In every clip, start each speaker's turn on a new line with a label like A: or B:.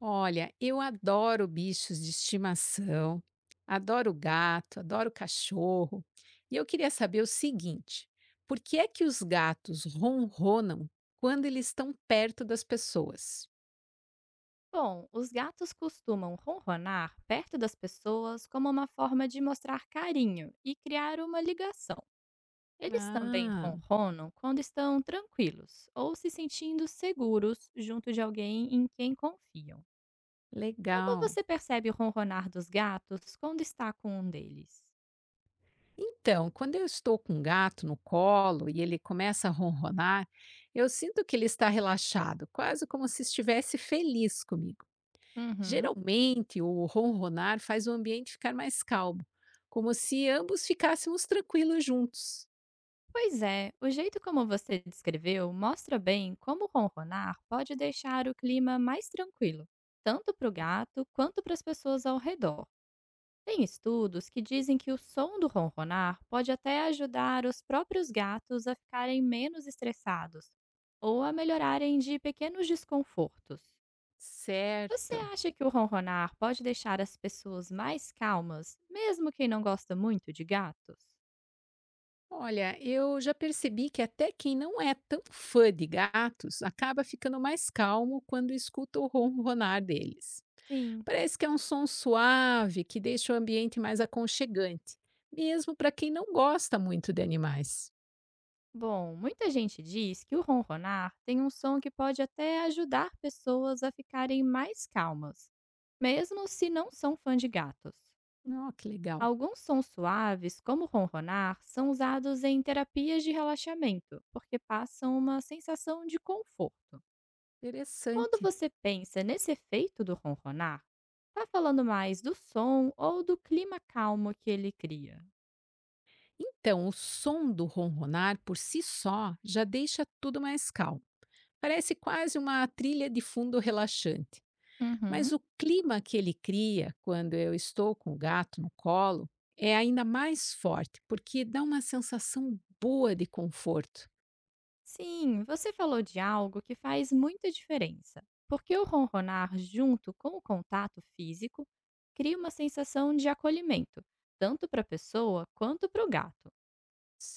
A: Olha, eu adoro bichos de estimação, adoro gato, adoro cachorro. E eu queria saber o seguinte: por que é que os gatos ronronam quando eles estão perto das pessoas?
B: Bom, os gatos costumam ronronar perto das pessoas como uma forma de mostrar carinho e criar uma ligação. Eles também
A: Ah,
B: ronronam quando estão tranquilos ou se sentindo seguros junto de alguém em quem confiam. Como
A: legal.
B: você percebe o ronronar dos gatos quando está com um deles?
A: Então, quando eu estou com um gato no colo e ele começa a ronronar, eu sinto que ele está relaxado, quase como se estivesse feliz comigo.
B: Uhum.
A: Geralmente, o ronronar faz o ambiente ficar mais calmo, como se ambos ficássemos tranquilos juntos.
B: Pois é, o jeito como você descreveu mostra bem como ronronar pode deixar o clima mais tranquilo, tanto para o gato quanto para as pessoas ao redor. Tem estudos que dizem que o som do ronronar pode até ajudar os próprios gatos a ficarem menos estressados ou a melhorarem de pequenos desconfortos. Você
A: Certo.
B: acha que o ronronar pode deixar as pessoas mais calmas, mesmo quem não gosta muito de gatos?
A: Olha, eu já percebi que até quem não é tão fã de gatos acaba ficando mais calmo quando escuta o ronronar deles.
B: Sim.
A: Parece que é um som suave que deixa o ambiente mais aconchegante, mesmo para quem não gosta muito de animais.
B: Bom, muita gente diz que o ronronar tem um som que pode até ajudar pessoas a ficarem mais calmas, mesmo se não são fã de gatos.
A: Oh, que legal.
B: Alguns sons suaves, como ronronar, são usados em terapias de relaxamento, porque passam uma sensação de conforto. Quando
A: Interessante.
B: você pensa nesse efeito do ronronar, está falando mais do som ou do clima calmo que ele cria?
A: Então, o som do ronronar por si só já deixa tudo mais calmo. Parece quase uma trilha de fundo relaxante. Mas
B: Uhum.
A: o clima que ele cria quando eu estou com o gato no colo é ainda mais forte, porque dá uma sensação boa de conforto.
B: Sim, você falou de algo que faz muita diferença, porque o ronronar, junto com o contato físico, cria uma sensação de acolhimento, tanto para a pessoa quanto para o gato.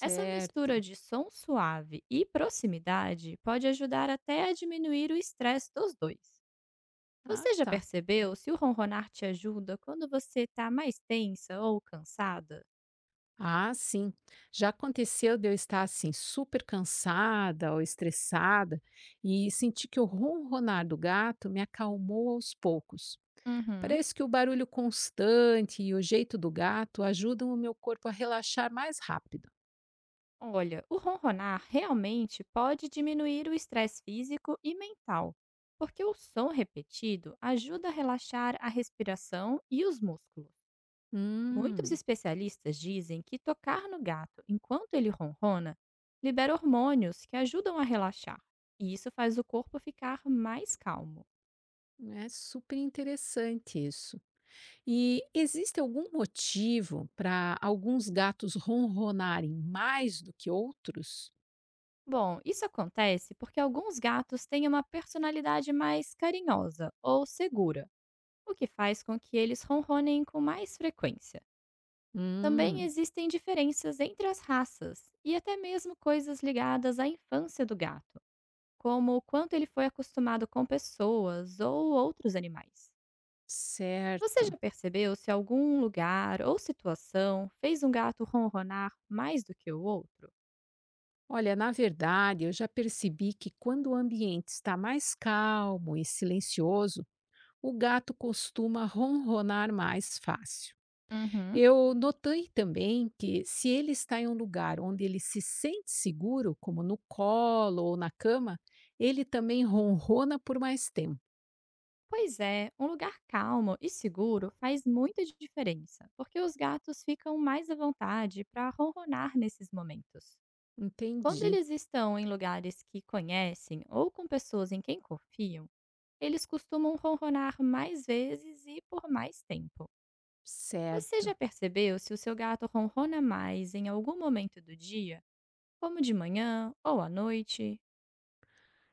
B: Essa mistura de som suave e proximidade pode ajudar até a diminuir o estresse dos dois.
A: Ah,
B: Você já
A: tá.
B: percebeu se o ronronar te ajuda quando você está mais tensa ou cansada?
A: Ah, sim. Já aconteceu de eu estar assim super cansada ou estressada e sentir que o ronronar do gato me acalmou aos poucos.
B: Uhum.
A: Parece que o barulho constante e o jeito do gato ajudam o meu corpo a relaxar mais rápido.
B: Olha, o ronronar realmente pode diminuir o estresse físico e mental, porque o som repetido ajuda a relaxar a respiração e os músculos. Muitos
A: Hum.
B: especialistas dizem que tocar no gato enquanto ele ronrona libera hormônios que ajudam a relaxar, e isso faz o corpo ficar mais calmo.
A: É super interessante isso. E existe algum motivo para alguns gatos ronronarem mais do que outros?
B: Bom, isso acontece porque alguns gatos têm uma personalidade mais carinhosa ou segura, o que faz com que eles ronronem com mais frequência. Também
A: Hum.
B: existem diferenças entre as raças e até mesmo coisas ligadas à infância do gato, como o quanto ele foi acostumado com pessoas ou outros animais. Você
A: Certo.
B: já percebeu se algum lugar ou situação fez um gato ronronar mais do que o outro?
A: Olha, na verdade, eu já percebi que quando o ambiente está mais calmo e silencioso, o gato costuma ronronar mais fácil.
B: Uhum.
A: Eu notei também que, se ele está em um lugar onde ele se sente seguro, como no colo ou na cama, ele também ronrona por mais tempo.
B: Pois é, um lugar calmo e seguro faz muita diferença, porque os gatos ficam mais à vontade para ronronar nesses momentos. Quando
A: Entendi.
B: eles estão em lugares que conhecem ou com pessoas em quem confiam, eles costumam ronronar mais vezes e por mais tempo. Você
A: Certo.
B: já percebeu se o seu gato ronrona mais em algum momento do dia? Como de manhã ou à noite.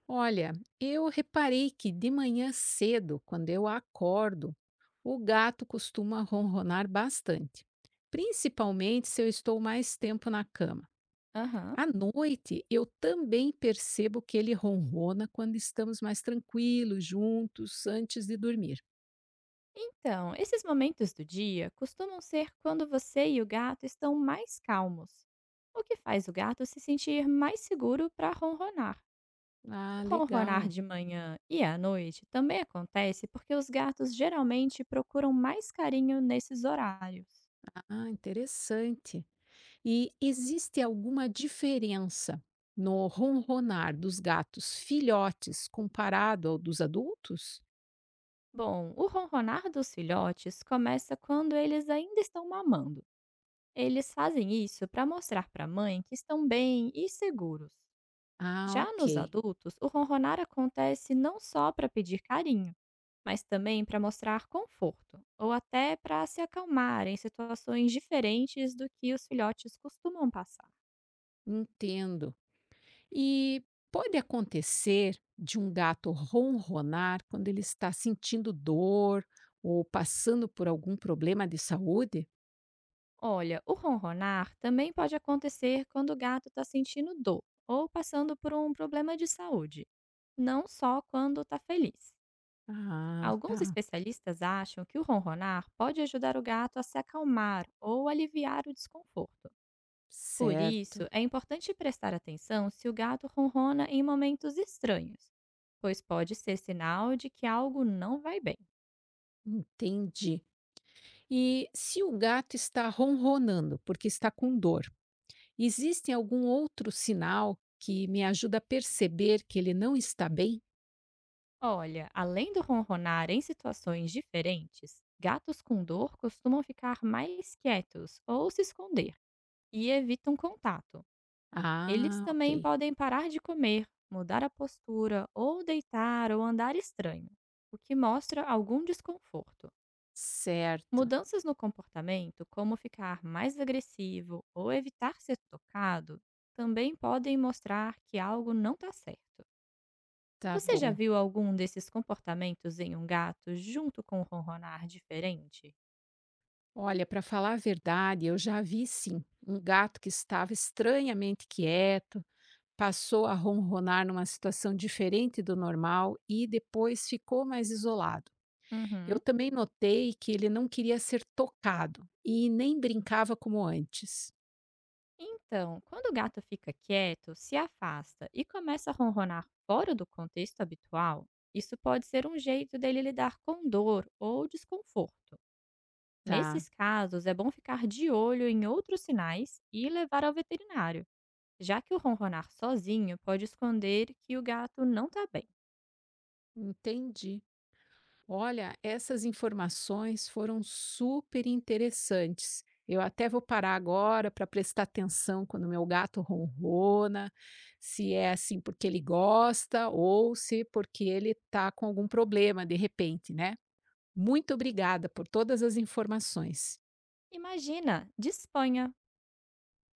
A: Olha, eu reparei que de manhã cedo, quando eu acordo, o gato costuma ronronar bastante, principalmente se eu estou mais tempo na cama.
B: Aham.
A: À noite, eu também percebo que ele ronrona quando estamos mais tranquilos, juntos, antes de dormir.
B: Então, esses momentos do dia costumam ser quando você e o gato estão mais calmos, o que faz o gato se sentir mais seguro para ronronar.
A: Ah,
B: O ronronar
A: legal.
B: de manhã e à noite também acontece porque os gatos geralmente procuram mais carinho nesses horários.
A: Ah, interessante. E existe alguma diferença no ronronar dos gatos filhotes comparado ao dos adultos?
B: Bom, o ronronar dos filhotes começa quando eles ainda estão mamando. Eles fazem isso para mostrar para a mãe que estão bem e seguros.
A: Ah,
B: Já nos
A: ok.
B: adultos, o ronronar acontece não só para pedir carinho, mas também para mostrar conforto, ou até para se acalmar em situações diferentes do que os filhotes costumam passar.
A: Entendo. E Pode acontecer de um gato ronronar quando ele está sentindo dor ou passando por algum problema de saúde?
B: Olha, o ronronar também pode acontecer quando o gato está sentindo dor ou passando por um problema de saúde, não só quando está feliz.
A: Ah,
B: Alguns
A: tá.
B: especialistas acham que o ronronar pode ajudar o gato a se acalmar ou aliviar o desconforto. Por isso,
A: Certo,
B: é importante prestar atenção se o gato ronrona em momentos estranhos, pois pode ser sinal de que algo não vai bem.
A: entendi. E se o gato está ronronando porque está com dor, existe algum outro sinal que me ajuda a perceber que ele não está bem?
B: Olha, além do ronronar em situações diferentes, gatos com dor costumam ficar mais quietos ou se esconder e evitam contato. Eles
A: Ah, ok.
B: também podem parar de comer, mudar a postura ou deitar ou andar estranho, o que mostra algum desconforto.
A: Certo,
B: Mudanças no comportamento, como ficar mais agressivo ou evitar ser tocado, também podem mostrar que algo não está certo.
A: tá
B: Você já
A: bom.
B: viu algum desses comportamentos em um gato junto com um ronronar diferente?
A: Olha, para falar a verdade, eu já vi sim um gato que estava estranhamente quieto, passou a ronronar numa situação diferente do normal e depois ficou mais isolado. Eu
B: Uhum.
A: também notei que ele não queria ser tocado e nem brincava como antes.
B: Então, quando o gato fica quieto, se afasta e começa a ronronar fora do contexto habitual, isso pode ser um jeito dele lidar com dor ou desconforto.
A: Tá,
B: Nesses casos, é bom ficar de olho em outros sinais e levar ao veterinário, já que o ronronar sozinho pode esconder que o gato não está bem.
A: entendi. Olha, essas informações foram super interessantes. Eu até vou parar agora para prestar atenção quando meu gato ronrona, se é assim porque ele gosta ou se porque ele está com algum problema de repente, né? Muito obrigada por todas as informações.
B: Imagina, disponha!